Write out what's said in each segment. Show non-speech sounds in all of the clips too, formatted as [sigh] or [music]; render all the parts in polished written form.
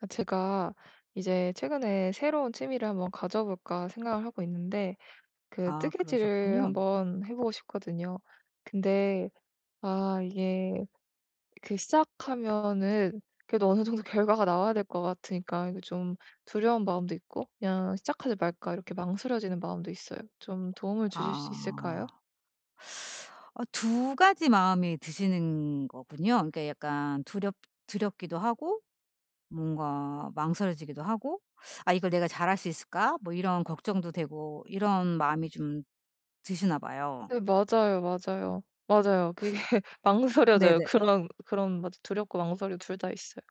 아, 제가 이제 최근에 새로운 취미를 한번 가져볼까 생각을 하고 있는데, 그 아 뜨개질을 그러셨군요. 한번 해보고 싶거든요. 근데, 아, 이게 그 시작하면은 그래도 어느 정도 [laughs] 결과가 나와야 될 것 같으니까, 이거 좀 두려운 마음도 있고, 그냥 시작하지 말까, 이렇게 망설여지는 마음도 있어요. 좀 도움을 주실 수 있을까요? 아. 어 두 가지 마음이 드시는 거군요. 그러니까 약간 두렵기도 하고 뭔가 망설여지기도 하고 '아 이걸 내가 잘할 수 있을까?' 뭐 이런 걱정도 되고 이런 마음이 좀 드시나 봐요. 네, 맞아요, 맞아요. 맞아요. 그게 [laughs] 망설여져요. 네네. 그런, 맞아. 두렵고 망설이고 둘 다 있어요.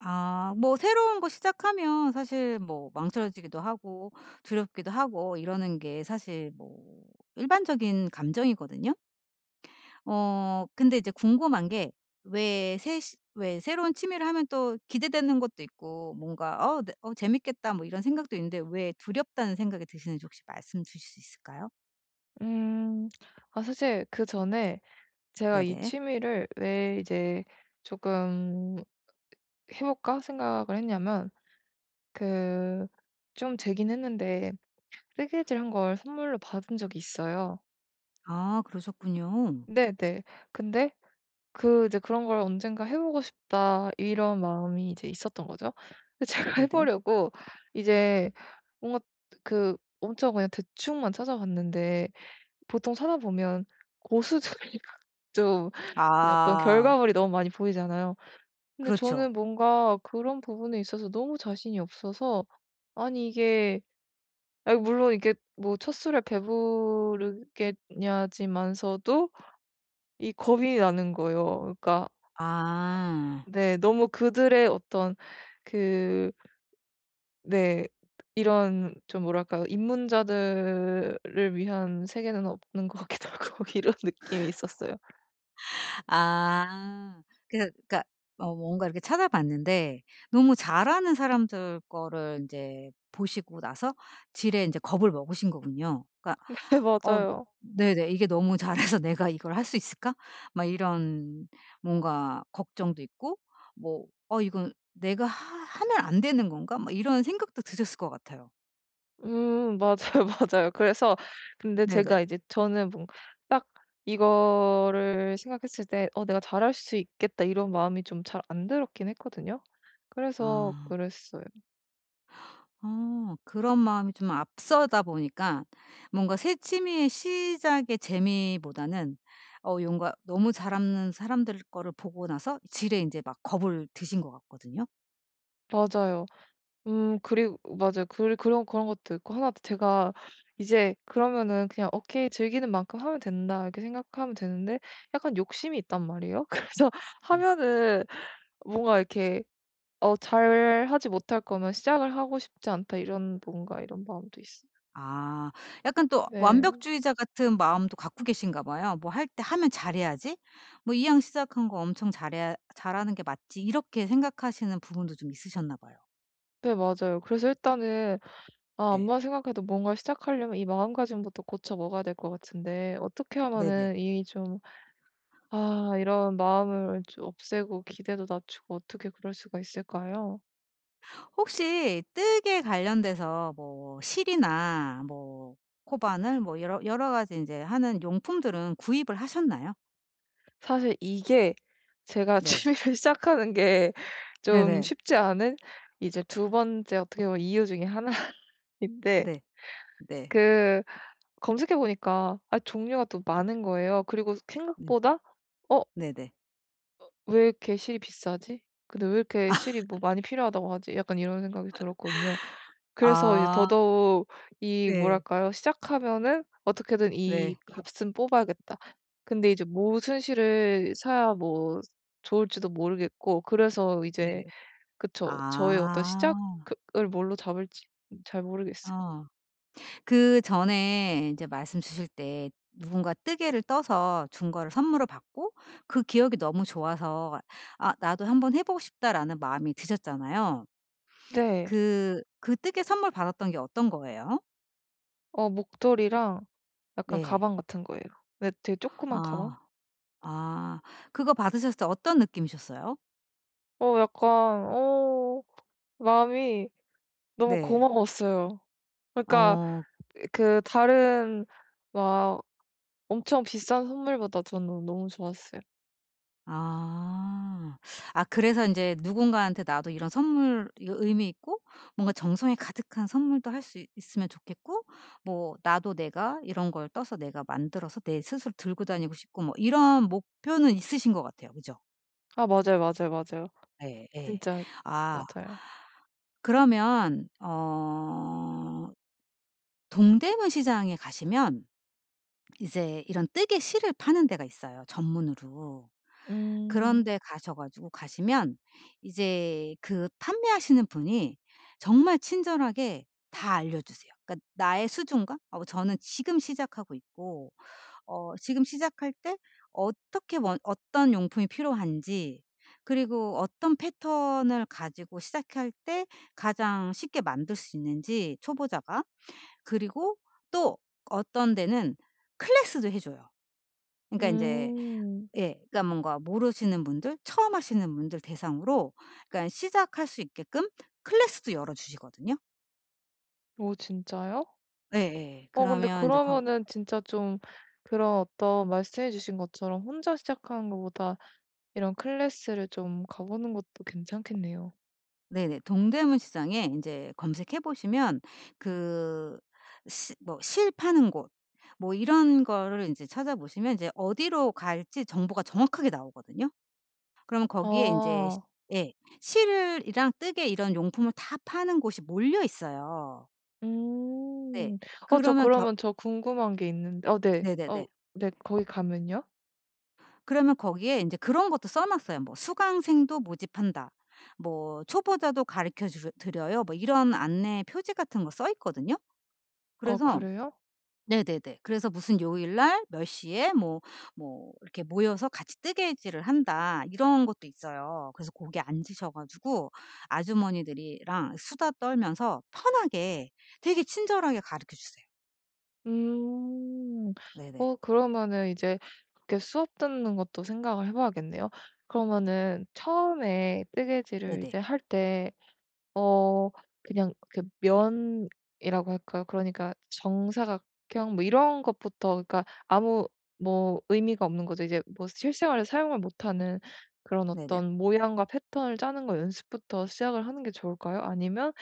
아 뭐 새로운 거 시작하면 사실 뭐 망설여지기도 하고 두렵기도 하고 이러는 게 사실 뭐 일반적인 감정이거든요. 어 근데 이제 궁금한 게 왜 새로운 취미를 하면 또 기대되는 것도 있고 뭔가 '어 네 어 재밌겠다.' 뭐 이런 생각도 있는데 왜 두렵다는 생각이 드시는지 혹시 말씀 주실 수 있을까요? 음. 아 사실 그전에 제가 이 네네. 취미를 왜 이제 조금 해 볼까 생각을 했냐면 그 좀 되긴 했는데 뜨개질한 걸 선물로 받은 적이 있어요. 아 그러셨군요. 네네. 근데 그 이제 '그런 걸 언젠가 해 보고 싶다.' 이런 마음이 이제 있었던 거죠. 근데 제가 [laughs] 해 네네. 보려고 이제 뭔가 그 엄청 그냥 대충만 찾아봤는데 보통 찾아보면 고수들이 [laughs] 좀 이 어떤 아 결과물이 너무 많이 보이잖아요. 근데 그렇죠. 저는 뭔가 그런 부분에 있어서 너무 자신이 없어서 아니 이게 아 물론 이게 뭐 첫술에 배부르겠냐지만서도 이 겁이 나는 거예요. 그러니까 아. 네 너무 그들의 어떤 그 네 이런 좀 뭐랄까요. 입문자들을 위한 세계는 없는 것 같기도 하고 [laughs] 이런 느낌이 있었어요. 아. 그래서 그러니까 어 뭔가 이렇게 찾아봤는데 너무 잘하는 사람들 거를 인제 보시고 나서 지레 인제 겁을 먹으신 거군요. 그러니까 [laughs] 네 어 맞아요. 네네. '이게 너무 잘해서 [laughs] 내가 이걸 할 수 있을까?' 막 이런 뭔가 걱정도 있고 뭐 '어 이건 내가 하 하면 안 되는 건가?' 막 이런 생각도 드셨을 것 같아요. 맞아요, [laughs] 맞아요. 그래서 근데 네네. 제가 이제 저는 뭔딱 이거를 생각했을 때 '어 내가 잘할 수 있겠다.' 이런 마음이 좀 잘 안 들었긴 했거든요. 그래서 아. 그랬어요. 어 그런 마음이 좀 앞서다 보니까 뭔가 새 취미의 시작의 재미보다는 어 뭔가 너무 잘하는 사람들 거를 보고 나서 지레 이제 막 겁을 드신 것 같거든요. 맞아요. 그리고 맞아요. 그 그런 그런 것도 있고 하나 더 제가 이제 그러면은 그냥 '오케이. 즐기는 만큼 하면 된다.' 이렇게 생각하면 되는데 약간 욕심이 있단 말이에요. [laughs] 그래서 음. 하면은 뭔가 이렇게 어 '잘하지 못할 거면 시작을 하고 싶지 않다.' 이런 뭔가 이런 마음도 있어요. 아 약간 또 네. 완벽주의자 같은 마음도 갖고 계신가 봐요. '뭐 할 때 하면 잘해야지. 뭐 이왕 시작한 거 엄청 잘해 잘하는 게 맞지.' 이렇게 생각하시는 부분도 좀 있으셨나 봐요. 네 맞아요. 그래서 일단은 아 네. 아무리 생각해도 뭔가 시작하려면 이 마음가짐부터 고쳐 먹어야 될 것 같은데 어떻게 네네. 하면은 이 좀 아 이런 마음을 좀 없애고 기대도 낮추고 어떻게 그럴 수가 있을까요? 혹시 뜨개 관련돼서 뭐 실이나 뭐 코바늘 뭐 여러 가지 인제 하는 용품들은 구입을 하셨나요? 사실 이게 제가 [laughs] 네. 취미를 시작하는 게 네네. 좀 쉽지 않은 이제 두 번째 어떻게 보면 이유 중에 하나인데 네. 네. 그 검색해 보니까 아 종류가 또 많은 거예요. 그리고 네. 생각보다 '어 네네. 왜 이렇게 실이 비싸지? 근데 왜 이렇게 실이 뭐 많이 필요하다고 하지?' 약간 이런 생각이 들었거든요. 그래서 이제 아. [laughs] 더더욱 이 네. 뭐랄까요? 시작하면은 '어떻게든 이 네. 값은 뽑아야겠다.' 근데 이제 무슨 실을 사야 뭐 좋을지도 모르겠고 그래서 이제 네. 그쵸. 저의 어떤 아. 시작 그 을 뭘로 잡을지 잘 모르겠어요. 어. 그전에 인제 말씀 주실 때 누군가 뜨개를 떠서 준 거를 선물을 받고 그 기억이 너무 좋아서 '아 나도 한번 해 보고 싶다.'라는 마음이 드셨잖아요. 네. 그 뜨개 선물 받았던 게 어떤 거예요? 어 목도리랑 약간 네. 가방 같은 거예요. 근데 되게 조그만 가방? 아. 아. 그거 받으셨을 때 어떤 느낌이셨어요? 어 약간 어 마음이 너무 네. 고마웠어요. 그러니까 어. 그 다른 막 엄청 비싼 선물보다 저는 너무 좋았어요. 아. 아 그래서 인제 누군가한테 '나도 이런 선물 이거 의미 있고 뭔가 정성이 가득한 선물도 할 수 있으면 좋겠고 뭐 나도 내가 이런 걸 떠서 내가 만들어서 내 스스로 들고 다니고 싶고.' 뭐 이런 목표는 있으신 것 같아요. 그죠? 아 맞아요, 맞아요, 맞아요. 예. 예. 진짜 아 맞아요. 그러면 어 동대문 시장에 가시면 이제 이런 뜨개 실을 파는 데가 있어요 전문으로. 그런 음. 데 가셔 가지고 가시면 이제 그 판매하시는 분이 정말 친절하게 다 알려주세요. 그러니까 나의 수준과 어 저는 지금 시작하고 있고 어 지금 시작할 때 어떻게 원 어떤 용품이 필요한지 그리고 어떤 패턴을 가지고 시작할 때 가장 쉽게 만들 수 있는지 초보자가 그리고 또 어떤 데는 클래스도 해 줘요. 그러니까 인제 음. 예 그러니까 뭔가 모르시는 분들 처음 하시는 분들 대상으로 그러니까 시작할 수 있게끔 클래스도 열어 주시거든요. 오, 진짜요? 예예. 어 근데 그러면 인제 거 그러면은 진짜 좀 그런 어떤 말씀해 주신 것처럼 혼자 시작하는 것보다 이런 클래스를 좀 가보는 것도 괜찮겠네요. 네네. 동대문 시장에 인제 검색해 보시면 그 시 뭐 실 파는 곳 뭐 이런 거를 인제 찾아보시면 인제 어디로 갈지 정보가 정확하게 나오거든요. 그러면 거기에 인제 시 아. 예. 실을 이랑 뜨개 이런 용품을 다 파는 곳이 몰려 있어요. 네. 음. 어 저 그러면 겨 그러면 저 궁금한 게 있는데 어 네. 네네네. 어 네. 거기 가면요? 그러면 거기에 인제 그런 것도 써 놨어요. 뭐 "수강생도 모집한다." 뭐 "초보자도 가르쳐 주 드려요." 뭐 이런 안내 표지 같은 거 써 있거든요. 어 그래서 그래요? 네네네. 그래서 무슨 요일 날 몇 시에 뭐 뭐 이렇게 모여서 같이 뜨개질을 한다 이런 것도 있어요. 그래서 거기에 앉으셔 가지고 아주머니들이랑 수다 떨면서 편하게 되게 친절하게 가르쳐 주세요. 음. 네네. 어 그러면은 이제 그렇게 수업 듣는 것도 생각을 해 봐야겠네요. 그러면은 처음에 뜨개질을 네네. 이제 할때 어 그냥 그 면이라고 할까요? 그러니까 정사각형 뭐 이런 것부터 그러니까 아무 뭐 의미가 없는 거죠. 이제 뭐 실생활에 사용을 못하는 그런 네네. 어떤 모양과 패턴을 짜는 거 연습부터 시작을 하는 게 좋을까요? 아니면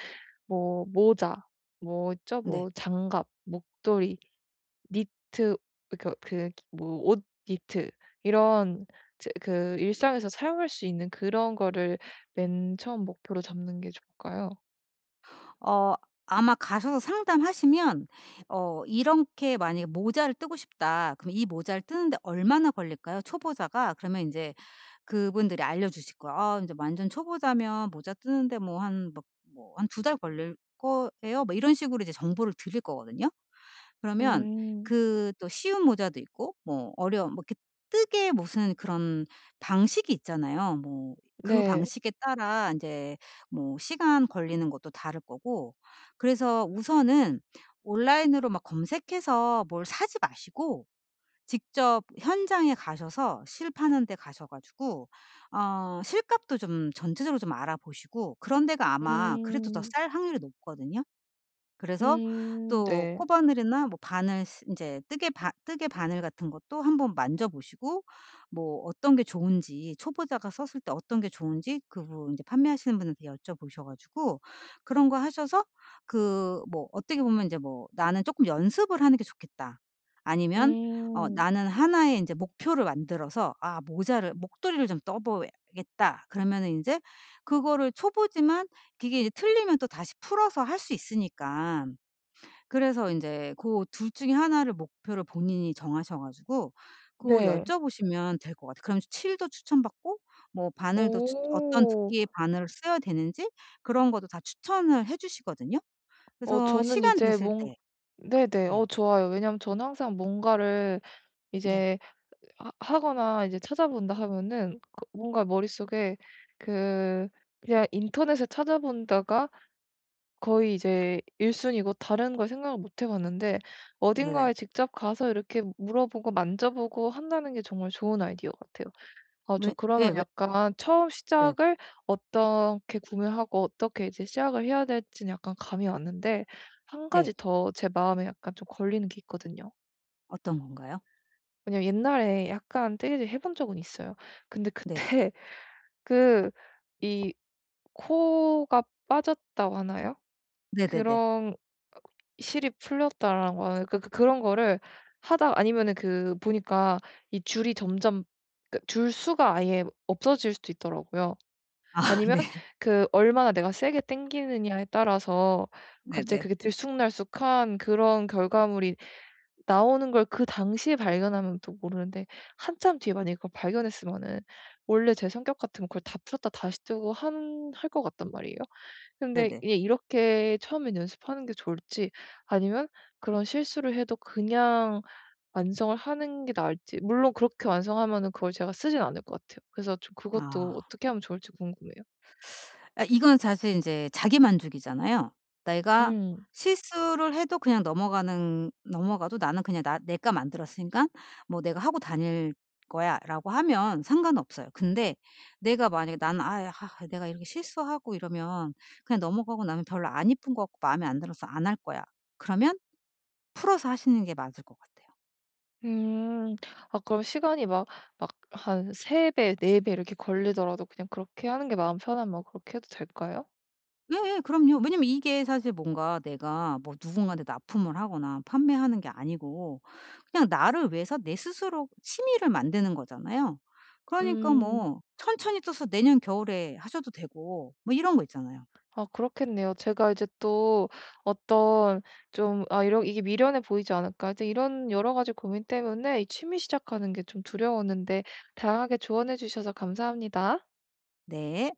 뭐 모자, 뭐 있죠? 네. 뭐 장갑, 목도리, 니트 그 그 뭐 옷 니트 이런 제 그 일상에서 사용할 수 있는 그런 거를 맨 처음 목표로 잡는 게 좋을까요? 어 아마 가셔서 상담하시면 어 "이렇게 만약에 모자를 뜨고 싶다." 그럼 "이 모자를 뜨는데 얼마나 걸릴까요? 초보자가?" 그러면 이제 그분들이 알려주실 거예요. "아 제 완전 초보자면 모자 뜨는데 뭐 한 막 뭐한 두 달 걸릴 거예요." 뭐 이런 식으로 이제 정보를 드릴 거거든요. 그러면 음. 그 또 쉬운 모자도 있고 뭐 어려운 뭐 이렇게 뜨개 무슨 그런 방식이 있잖아요. 뭐 그 네. 방식에 따라 인제 뭐 시간 걸리는 것도 다를 거고 그래서 우선은 온라인으로 막 검색해서 뭘 사지 마시고 직접 현장에 가셔서 실 파는 데 가셔 가지고 어 실값도 좀 전체적으로 좀 알아보시고 그런 데가 아마 그래도 더 음. 쌀 확률이 높거든요. 그래서 음. 또 네. 코바늘이나 뭐 바늘 스제 뜨개 바늘 같은 것도 한번 만져 보시고 뭐 어떤 게 좋은지 초보자가 썼을 때 어떤 게 좋은지 그분 이제 판매하시는 분한테 여쭤보셔 가지고 그런 거 하셔서 그 뭐 어떻게 보면 이제 뭐 '나는 조금 연습을 하는 게 좋겠다.' 아니면 어 음. '나는 하나의 이제 목표를 만들어서 아 모자를 목도리를 좀 떠 보야겠다.' 그러면은 제 그거를 초보지만 그게 이제 틀리면 또 다시 풀어서 할 수 있으니까. 그래서 인제 고 둘 중에 하나를 목표를 본인이 정하셔 가지고 고 네. 여쭤보시면 될 것 같아요. 그럼 칠도 추천받고 뭐 바늘도 추 어떤 오. 두께의 바늘을 써야 되는지 그런 것도 다 추천을 해 주시거든요. 어 그래서 저는 시간 이제 되실 뭔 때 네네. 어 네. 좋아요. 왜냐면 저는 항상 뭔가를 네. 이제 하 하거나 이제 찾아본다 하면은 그 뭔가 머릿속에 그 그냥 인터넷에 찾아본다가 거의 이제 1순위 순위고 다른 걸 생각을 못해 봤는데 어딘가에 네네. 직접 가서 이렇게 물어보고 만져보고 한다는 게 정말 좋은 아이디어 같아요. 아 저 왜 예 그러면 왜 약간 처음 네. 시작을 어떻게 구매하고 어떻게 이제 시작을 해야 될지는 약간 감이 왔는데 한 가지 네. 더 제 마음에 약간 좀 걸리는 게 있거든요. 어떤 건가요? 왜냐면 옛날에 약간 떼이를 해본 적은 있어요. 근데 네네. 그때 [laughs] 그 이 코가 빠졌다고 하나요? 네네네. 그런 실이 풀렸다라는 거. 그 그 그런 거를 하다가 아니면은 그 보니까 이 줄이 점점 그줄 수가 아예 없어질 수도 있더라고요. 아 [laughs] 아니면 네. 그 얼마나 내가 세게 당기느냐에 따라서 갑자기 네네. 그게 들쑥날쑥한 그런 결과물이 나오는 걸 그 당시에 발견하면 또 모르는데 한참 뒤에 만약에 그걸 발견했으면은 원래 제 성격 같으면 그걸 다 풀었다 다시 뜨고 한 할 것 같단 말이에요. 근데 네네. 이렇게 처음엔 연습하는 게 좋을지 아니면 그런 실수를 해도 그냥 완성을 하는 게 나을지 물론 그렇게 완성하면은 그걸 제가 쓰진 않을 것 같아요. 그래서 좀 그것도 아. 어떻게 하면 좋을지 궁금해요. 아 이건 사실 인제 자기 만족이잖아요. 내가 음. 실수를 해도 그냥 넘어가는 넘어가도 나는 그냥 나 '내가 만들었으니깐 뭐 내가 하고 다닐 거야.'라고 하면 상관없어요. 근데 내가 만약에 나는 아 하 내가 이렇게 실수하고 이러면 그냥 넘어가고 나면 별로 안 이쁜 것 같고 마음에 안 들어서 안 할 거야.' 그러면 풀어서 하시는 게 맞을 것 같아요. 음. 아 그럼 시간이 막 막 한 3배 배, 4배 이렇게 걸리더라도 그냥 그렇게 하는 게 마음 편하면 뭐 그렇게 해도 될까요? 예예. 그럼요. 왜냐면 이게 사실 뭔가 내가 뭐 누군가한테 납품을 하거나 판매하는 게 아니고 그냥 나를 위해서 내 스스로 취미를 만드는 거잖아요. 그러니까 음. 뭐 천천히 떠서 내년 겨울에 하셔도 되고 뭐 이런 거 있잖아요. 아 그렇겠네요. 제가 이제 또 어떤 좀 '아 이러 이게 미련해 보이지 않을까?' 하여튼 이런 여러 가지 고민 때문에 이 취미 시작하는 게 좀 두려웠는데 다양하게 조언해 주셔서 감사합니다. 네.